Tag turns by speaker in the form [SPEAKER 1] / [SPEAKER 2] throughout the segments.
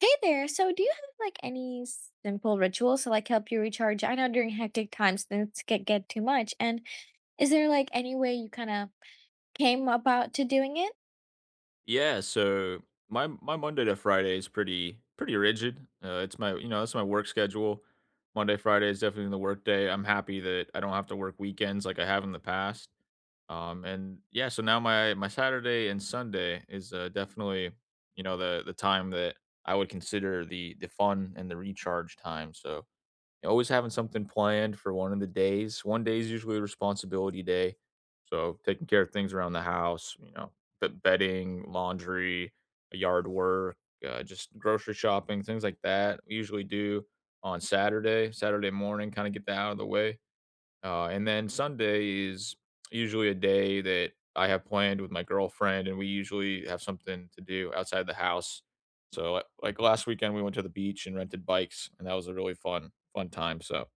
[SPEAKER 1] Hey there. So, do you have like any simple rituals to like help you recharge? I know during hectic times things get too much. And is there like any way you kind of came about to doing it?
[SPEAKER 2] Yeah, so my Monday to Friday is pretty rigid. It's my you know that's my work schedule. Monday Friday is definitely the work day. I'm happy that I don't have to work weekends like I have in the past. And yeah, so now my Saturday and Sunday is definitely the time that I would consider the fun and the recharge time. So always having something planned for one of the days. One day is usually a responsibility day. So taking care of things around the house, you know, the bedding, laundry, yard work, just grocery shopping, things like that. We usually do on Saturday, Saturday morning, kind of get that out of the way. And then Sunday is usually a day that I have planned with my girlfriend, and we usually have something to do outside the house. So, like last weekend, we went to the beach and rented bikes, and that was a really fun time. So,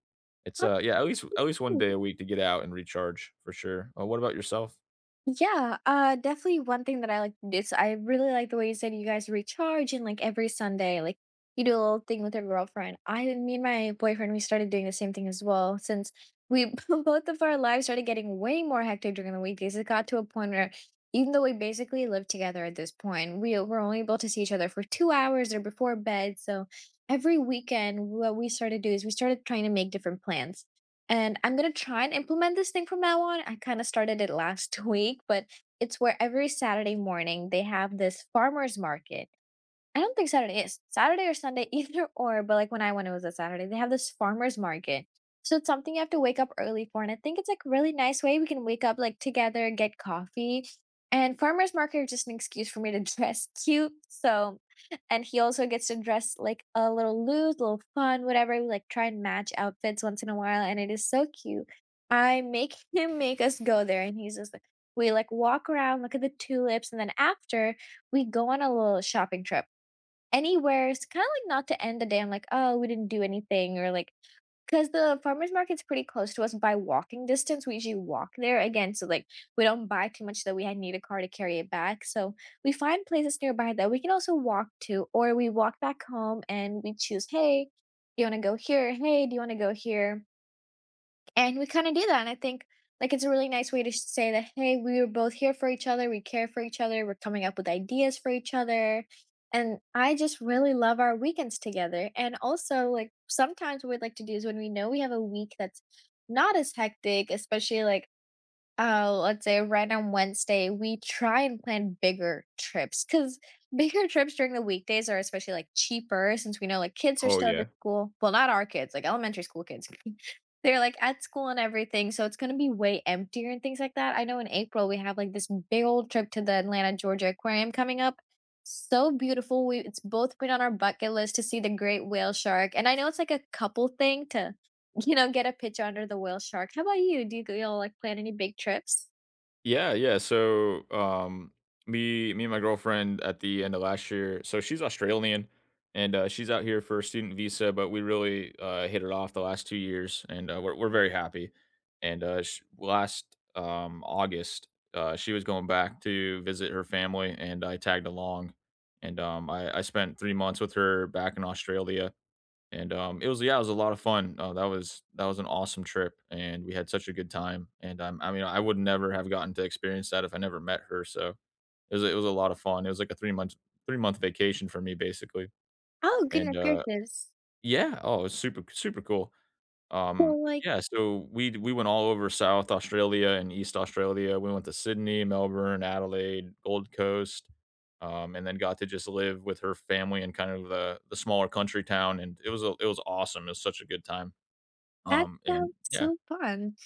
[SPEAKER 2] it's yeah, at least one day a week to get out and recharge for sure. What about yourself?
[SPEAKER 1] Yeah, definitely one thing that I like to do is I really like the way you said you guys recharge and like every Sunday, like you do a little thing with your girlfriend. Me and my boyfriend, we started doing the same thing as well since we both of our lives started getting way more hectic during the weekdays. It got to a point where even though we basically lived together at this point, we were only able to see each other for 2 hours or before bed. So every weekend, what we started to do is we started trying to make different plans and I'm gonna try and implement this thing from now on. I kinda started it last week, but it's where every Saturday morning they have this farmer's market. I don't think Saturday is. Saturday or Sunday, either or, but like when I went, it was a Saturday. They have this farmer's market. So it's something you have to wake up early for. And I think it's like a really nice way we can wake up like together, get coffee. And farmer's market are just an excuse for me to dress cute. So, and he also gets to dress like a little loose, a little fun, whatever. We like try and match outfits once in a while. And it is so cute. I make him make us go there. And he's just like, we like walk around, look at the tulips. And then after, we go on a little shopping trip anywhere, it's kinda like not to end the day, I'm like, "Oh, we didn't do anything," or like, because the farmer's market's pretty close to us by walking distance, we usually walk there again, so, like, we don't buy too much that we had need a car to carry it back, so we find places nearby that we can also walk to, or we walk back home and we choose, "Hey, do you wanna go here? Hey, do you wanna go here?" And we kinda do that, and I think, like, it's a really nice way to sh say that, "Hey, we were both here for each other, we care for each other, we're coming up with ideas for each other." And I just really love our weekends together, and also, like, sometimes what we'd like to do is when we know we have a week that's not as hectic, especially, like, oh, let's say right on Wednesday, we try and plan bigger trips because bigger trips during the weekdays are especially like cheaper since we know like kids are
[SPEAKER 2] Oh
[SPEAKER 1] starting
[SPEAKER 2] yeah.
[SPEAKER 1] school. Well, not our kids, like elementary school kids. They're like at school and everything. So it's going to be way emptier and things like that. I know in April, we have like this big old trip to the Atlanta, Georgia Aquarium coming up. So beautiful. We It's both been on our bucket list to see the great whale shark. And I know it's like a couple thing to get a pitch under the whale shark. How about you? Do you g y'all, like, plan any big trips?
[SPEAKER 2] So me and my girlfriend at the end of last year. So she's Australian, and she's out here for a student visa. But we really hit it off the last 2 years, and we're very happy. And last August, she was going back to visit her family, and I tagged along. And I spent 3 months with her back in Australia and, it was yeah, it was a lot of fun. That was an awesome trip, and we had such a good time, and, I mean, I would never have gotten to experience that if I never met her, so it was a lot of fun. It was like a 3 month 3-month vacation for me, basically,
[SPEAKER 1] Oh, goodness
[SPEAKER 2] and.
[SPEAKER 1] gracious.
[SPEAKER 2] Yeah, oh, it was super cool.
[SPEAKER 1] So, like,
[SPEAKER 2] Yeah, so we went all over South Australia and East Australia. We went to Sydney, Melbourne, Adelaide, Gold Coast, and then got to just live with her family in kind of the smaller country town, and it was a it was awesome. It was such a good time.
[SPEAKER 1] that
[SPEAKER 2] And
[SPEAKER 1] sounds
[SPEAKER 2] yeah.
[SPEAKER 1] so fun.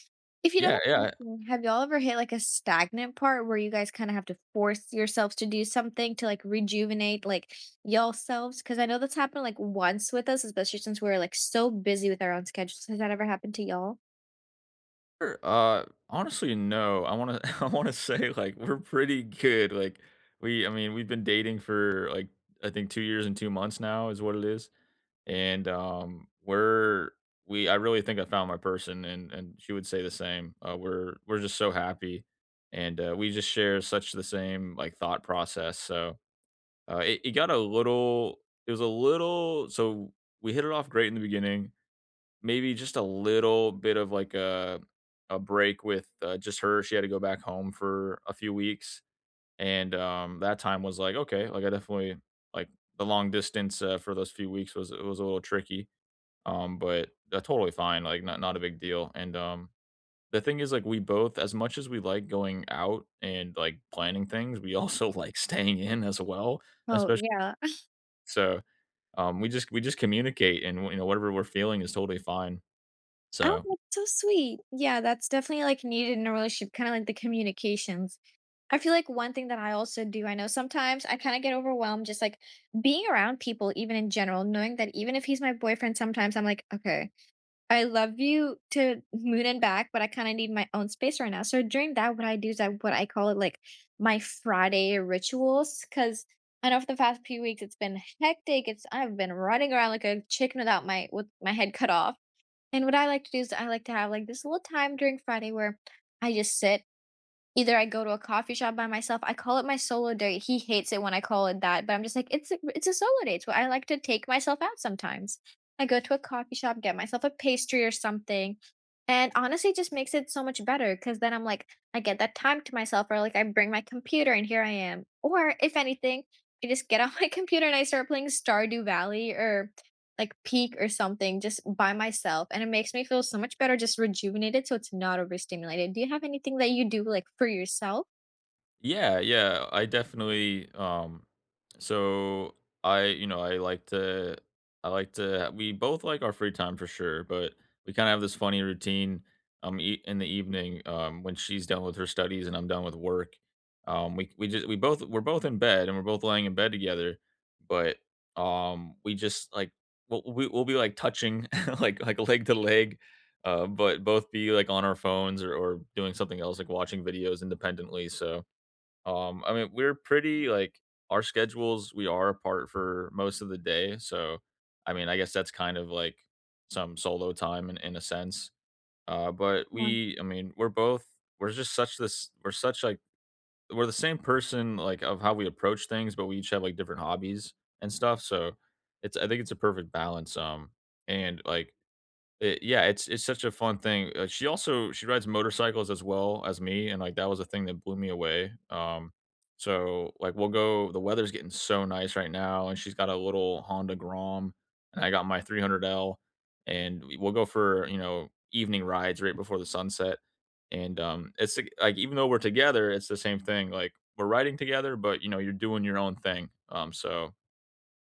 [SPEAKER 1] If you
[SPEAKER 2] Yeah,
[SPEAKER 1] don't mind
[SPEAKER 2] yeah.
[SPEAKER 1] me asking, have y'all ever hit, like, a stagnant part where you guys kinda have to force yourselves to do something to, like, rejuvenate, like, y'all selves? Because I know that's happened, like, once with us, especially since we're, like, so busy with our own schedules. Has that ever happened to y'all?
[SPEAKER 2] Honestly, no. I wanna I wanna say, like, we're pretty good, like, we I mean, we've been dating for, like, I think 2 years and 2 months now is what it is. And we're we I really think I found my person, and she would say the same. We're just so happy, and we just share such the same like thought process. It got a little, it was a little. So we hit it off great in the beginning, maybe just a little bit of like a break with just her. She had to go back home for a few weeks, and that time was like okay, like I definitely, like, the long distance, for those few weeks, was, it was a little tricky. But that's totally fine, like, not not a big deal, and the thing is, like, we both, as much as we like going out and, like, planning things, we also like staying in as well,
[SPEAKER 1] Oh,
[SPEAKER 2] especially.
[SPEAKER 1] yeah.
[SPEAKER 2] So we just communicate, and, you know, whatever we're feeling is totally fine,
[SPEAKER 1] Oh,
[SPEAKER 2] so.
[SPEAKER 1] that's so sweet. Yeah, that's definitely, like, needed in a relationship, kinda like the communications. I feel like one thing that I also do, I know sometimes I kind of get overwhelmed just like being around people, even in general, knowing that even if he's my boyfriend, sometimes I'm like, okay, I love you to moon and back, but I kind of need my own space right now. So during that, what I do is what I call it like my Friday rituals. Cause I know for the past few weeks, it's been hectic. I've been running around like a chicken without with my head cut off. And what I like to do is I like to have like this little time during Friday where I just sit. Either I go to a coffee shop by myself. I call it my solo date, he hates it when I call it that, but I'm just like, "It's a solo date, so I like to take myself out sometimes." I go to a coffee shop, get myself a pastry or something, and honestly, it just makes it so much better because then I'm like, I get that time to myself or, like, I bring my computer and here I am. Or if anything, I just get on my computer and I start playing Stardew Valley or like peak or something just by myself and it makes me feel so much better just rejuvenated so it's not overstimulated. Do you have anything that you do like for yourself?
[SPEAKER 2] Yeah, I definitely, so I, you know, I like to, I like to, we both like our free time for sure, but we kind of have this funny routine in the evening when she's done with her studies and I'm done with work. We just we both we're both in bed and we're both laying in bed together, but we just like we'll be like touching like leg to leg, but both be like on our phones or doing something else like watching videos independently. So I mean, we're pretty like, our schedules, we are apart for most of the day. So, I mean, I guess that's kind of like some solo time in a sense. But
[SPEAKER 1] Yeah.
[SPEAKER 2] we, I mean, we're both, we're just such this, we're such like, we're the same person, like, of how we approach things, but we each have like different hobbies and stuff. So it's, I think it's a perfect balance. And like, it, yeah, it's such a fun thing. She also, she rides motorcycles as well as me, and, like, that was a thing that blew me away. So, like, we'll go, the weather's getting so nice right now, and she's got a little Honda Grom, and I got my 300L, and we'll go for, you know, evening rides right before the sunset, and, it's like, even though we're together, it's the same thing, like, we're riding together, but, you know, you're doing your own thing, so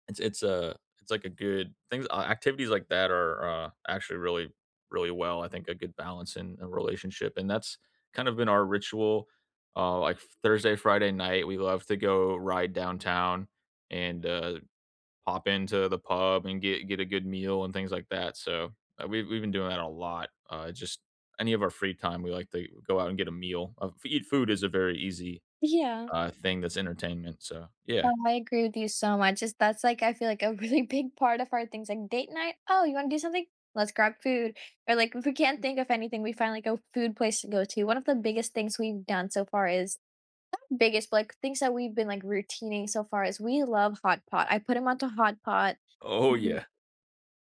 [SPEAKER 2] it's a it's like a good things activities like that are, actually really, really well, I think, a good balance in a relationship, and that's kind of been our ritual. Like Thursday, Friday night, we love to go ride downtown and, pop into the pub and get a good meal and things like that, so, we've been doing that a lot, just any of our free time, we like to go out and get a meal. F Eat food is a very easy,
[SPEAKER 1] Yeah.
[SPEAKER 2] thing that's entertainment, so yeah.
[SPEAKER 1] Oh, I agree with you so much. That's like I feel like a really big part of our things like date night. Oh, you want to do something? Let's grab food. Or like if we can't think of anything, we find like a food place to go to. One of the biggest things we've done so far is biggest but, like things that we've been like routining so far is we love hot pot. I put him onto hot pot.
[SPEAKER 2] Oh, yeah.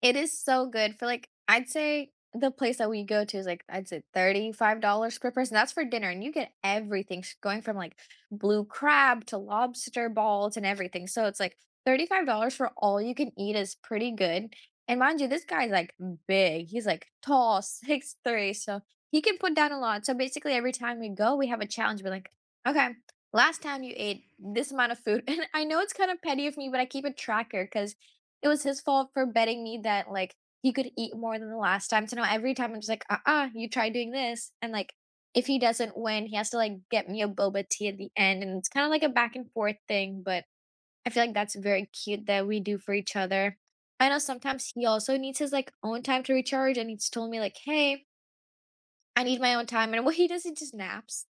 [SPEAKER 1] It is so good for, like I'd say the place that we go to is, like, I'd say $35 per person, that's for dinner, and you get everything sh going from, like, blue crab to lobster balls and everything, so it's, like, $35 for all you can eat is pretty good, and mind you, this guy's, like, big, he's, like, tall, 6'3", so he can put down a lot, so basically every time we go, we have a challenge, we're like, "Okay, last time you ate this amount of food," and I know it's kind of petty of me, but I keep a tracker because. It was his fault for betting me that, like, he could eat more than the last time. So now every time I'm just like, uh-uh, you try doing this. And like if he doesn't win, he has to like get me a boba tea at the end. And it's kind of like a back and forth thing, but I feel like that's very cute that we do for each other. I know sometimes he also needs his like own time to recharge and he's told me like, hey, I need my own time, and what he does, he just naps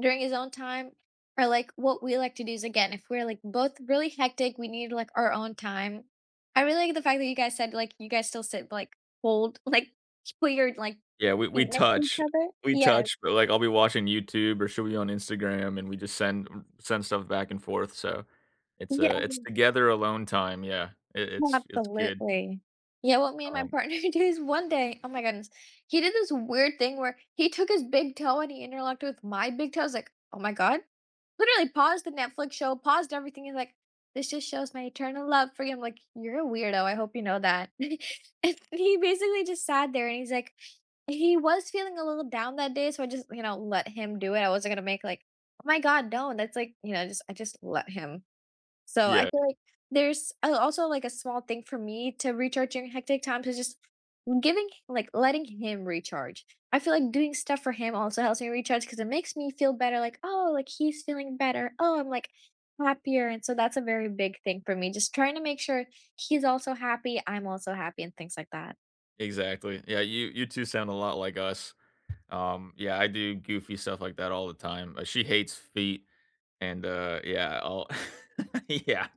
[SPEAKER 1] during his own time, or, like, what we like to do is, again, if we're, like, both really hectic, we need, like, our own time. I really like the fact that you guys said, like, you guys still sit, like, hold like, put your, like,
[SPEAKER 2] Yeah,
[SPEAKER 1] feet
[SPEAKER 2] we
[SPEAKER 1] next to
[SPEAKER 2] touch.
[SPEAKER 1] each other.
[SPEAKER 2] We
[SPEAKER 1] Yes.
[SPEAKER 2] touch, but, like, I'll be watching YouTube or she'll be on Instagram, and we just send stuff back and forth, so
[SPEAKER 1] Yeah.
[SPEAKER 2] it's together alone time, yeah. It it's good,
[SPEAKER 1] Absolutely. Yeah, what me and my
[SPEAKER 2] um
[SPEAKER 1] partner do is one day, oh my goodness, he did this weird thing where he took his big toe and he interlocked it with my big toe. I was like, oh my God. Literally paused the Netflix show, paused everything. He's like, this just shows my eternal love for you. I'm like, you're a weirdo. I hope you know that. And he basically just sat there and he's like, he was feeling a little down that day. So I just, let him do it. I wasn't going to make like, oh my God, no. That's like, just, I just let him. So I
[SPEAKER 2] yeah,
[SPEAKER 1] feel like there's a also, like, a small thing for me to recharge during hectic times is just giving like, letting him recharge. I feel like doing stuff for him also helps me recharge because it makes me feel better, like, "Oh, like, he's feeling better. Oh, I'm, like, happier," and so that's a very big thing for me, just trying to make sure he's also happy, I'm also happy, and things like that.
[SPEAKER 2] exactly. Yeah, you 2 sound a lot like us. Yeah, I do goofy stuff like that all the time. She hates feet. And, yeah, I'll yeah.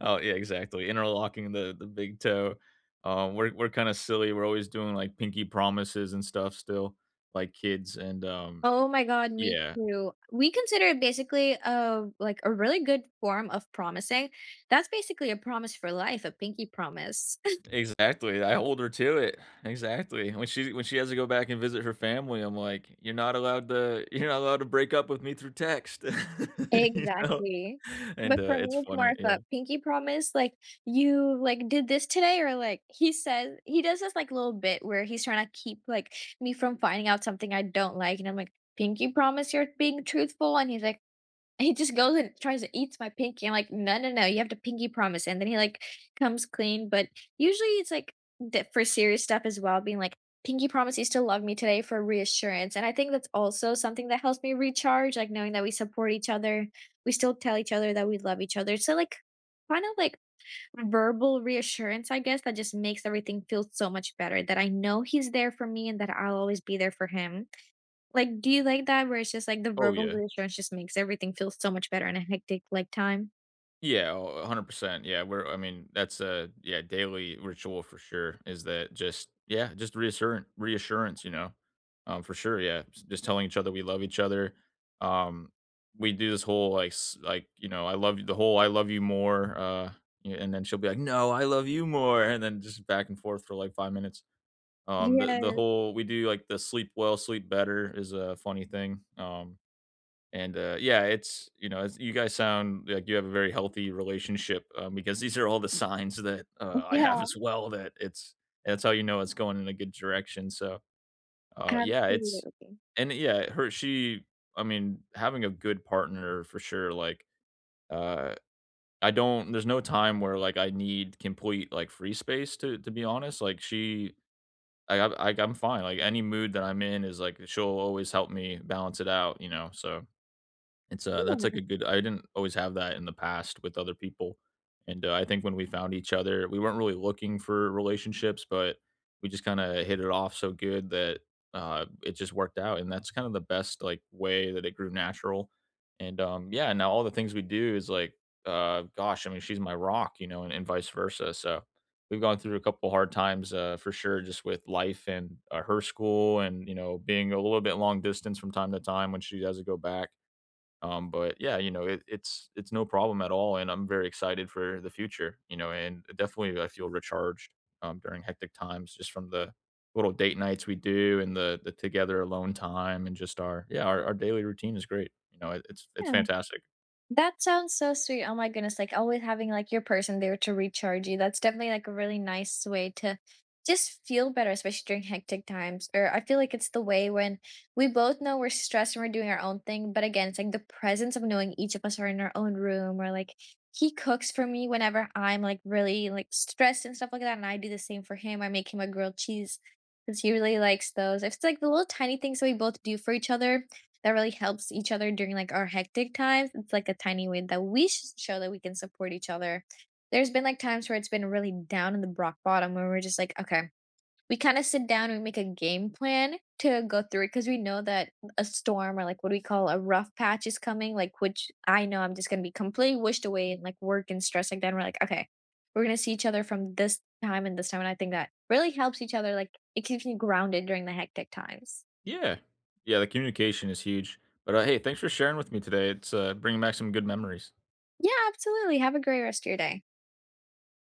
[SPEAKER 2] Oh, yeah, exactly, interlocking the big toe. We're kinda silly, we're always doing, like, pinky promises and stuff still, like kids, and.
[SPEAKER 1] Oh my God, me
[SPEAKER 2] Yeah,
[SPEAKER 1] too. We consider it basically, like, a really good form of promising. That's basically a promise for life, a pinky promise.
[SPEAKER 2] exactly, I hold her to it, exactly. When she has to go back and visit her family, I'm like, "You're not allowed to you're not allowed to break up with me through text." You know?
[SPEAKER 1] Exactly.
[SPEAKER 2] And,
[SPEAKER 1] But for me,
[SPEAKER 2] it's
[SPEAKER 1] it's more
[SPEAKER 2] funny,
[SPEAKER 1] of
[SPEAKER 2] yeah.
[SPEAKER 1] a pinky promise, like, "You, like, did this today," or, like, he says he does this, like, little bit where he's trying to keep, like, me from finding out something I don't like, and I'm like, "Pinky promise you're being truthful?" And he's like, he just goes and tries to eats my pinky. I'm like, "No, no, no, you have to pinky promise." And then he, like, comes clean, but usually it's, like, that for serious stuff as well, being like, "Pinky promise you still love me today," for reassurance, and I think that's also something that helps me recharge, like, knowing that we support each other, we still tell each other that we love each other. So, like, kind of, like, verbal reassurance, I guess, that just makes everything feel so much better, that I know he's there for me and that I'll always be there for him. Like, do you like that where it's just like the
[SPEAKER 2] Oh,
[SPEAKER 1] verbal
[SPEAKER 2] yeah.
[SPEAKER 1] reassurance just makes everything feel so much better in a hectic, like, time?
[SPEAKER 2] Yeah, oh, 100%. Yeah, we're, I mean, that's a yeah, daily ritual for sure, is that just yeah, just reassurance, you know. For sure, yeah. Just telling each other we love each other. Um we do this whole like like, you know, I love you, the whole I love you more, and then she'll be like, "No, I love you more." And then just back and forth for like 5 minutes. The
[SPEAKER 1] Yeah,
[SPEAKER 2] whole we do like the sleep well, sleep better is a funny thing. And yeah, it's, you know, it's, you guys sound like you have a very healthy relationship, because these are all the signs that, I
[SPEAKER 1] yeah,
[SPEAKER 2] have as well, that it's, that's how you know it's going in a good direction, so, yeah, it's,
[SPEAKER 1] absolutely.
[SPEAKER 2] and, yeah, her she, I mean, having a good partner for sure, like, uh, I don't, there's no time where, like, I need complete, like, free space, to be honest, like, she I I'm I am fine, like, any mood that I'm in is, like, she'll always help me balance it out, you know, so it's that's like a good, I didn't always have that in the past with other people, and, I think when we found each other, we weren't really looking for relationships, but we just kinda hit it off so good that, it just worked out, and that's kind of the best, like, way that it grew natural, and, yeah, now all the things we do is like, gosh, I mean, she's my rock, you know, and vice versa, so we've gone through a couple hard times, for sure, just with life and, her school and, you know, being a little bit long distance from time to time when she does go back, but yeah, you know, it's no problem at all, and I'm very excited for the future. You know, and definitely I feel recharged during hectic times, just from the little date nights we do and the together alone time, and just our yeah our daily routine is great. You know, it's
[SPEAKER 1] Yeah.
[SPEAKER 2] fantastic.
[SPEAKER 1] That sounds so sweet. Oh my goodness, like always having like your person there to recharge you. That's definitely like a really nice way to just feel better, especially during hectic times. Or I feel like it's the way when we both know we're stressed and we're doing our own thing. But again, it's like the presence of knowing each of us are in our own room or like he cooks for me whenever I'm like really like stressed and stuff like that. And I do the same for him. I make him a grilled cheese because he really likes those. It's like the little tiny things that we both do for each other that really helps each other during like our hectic times. It's like a tiny way that we show that we can support each other. There's been like times where it's been really down in the rock bottom where we're just like, okay, we kind of sit down and we make a game plan to go through it because we know that a storm or like what we call a rough patch is coming, like which I know I'm just gonna be completely wished away and like work and stress like that. And we're like, okay, we're gonna see each other from this time. And I think that really helps each other. Like it keeps me grounded during the hectic times.
[SPEAKER 2] Yeah, yeah, the communication is huge. But hey, thanks for sharing with me today. It's bringing back some good memories.
[SPEAKER 1] Yeah, absolutely. Have a great rest of your day.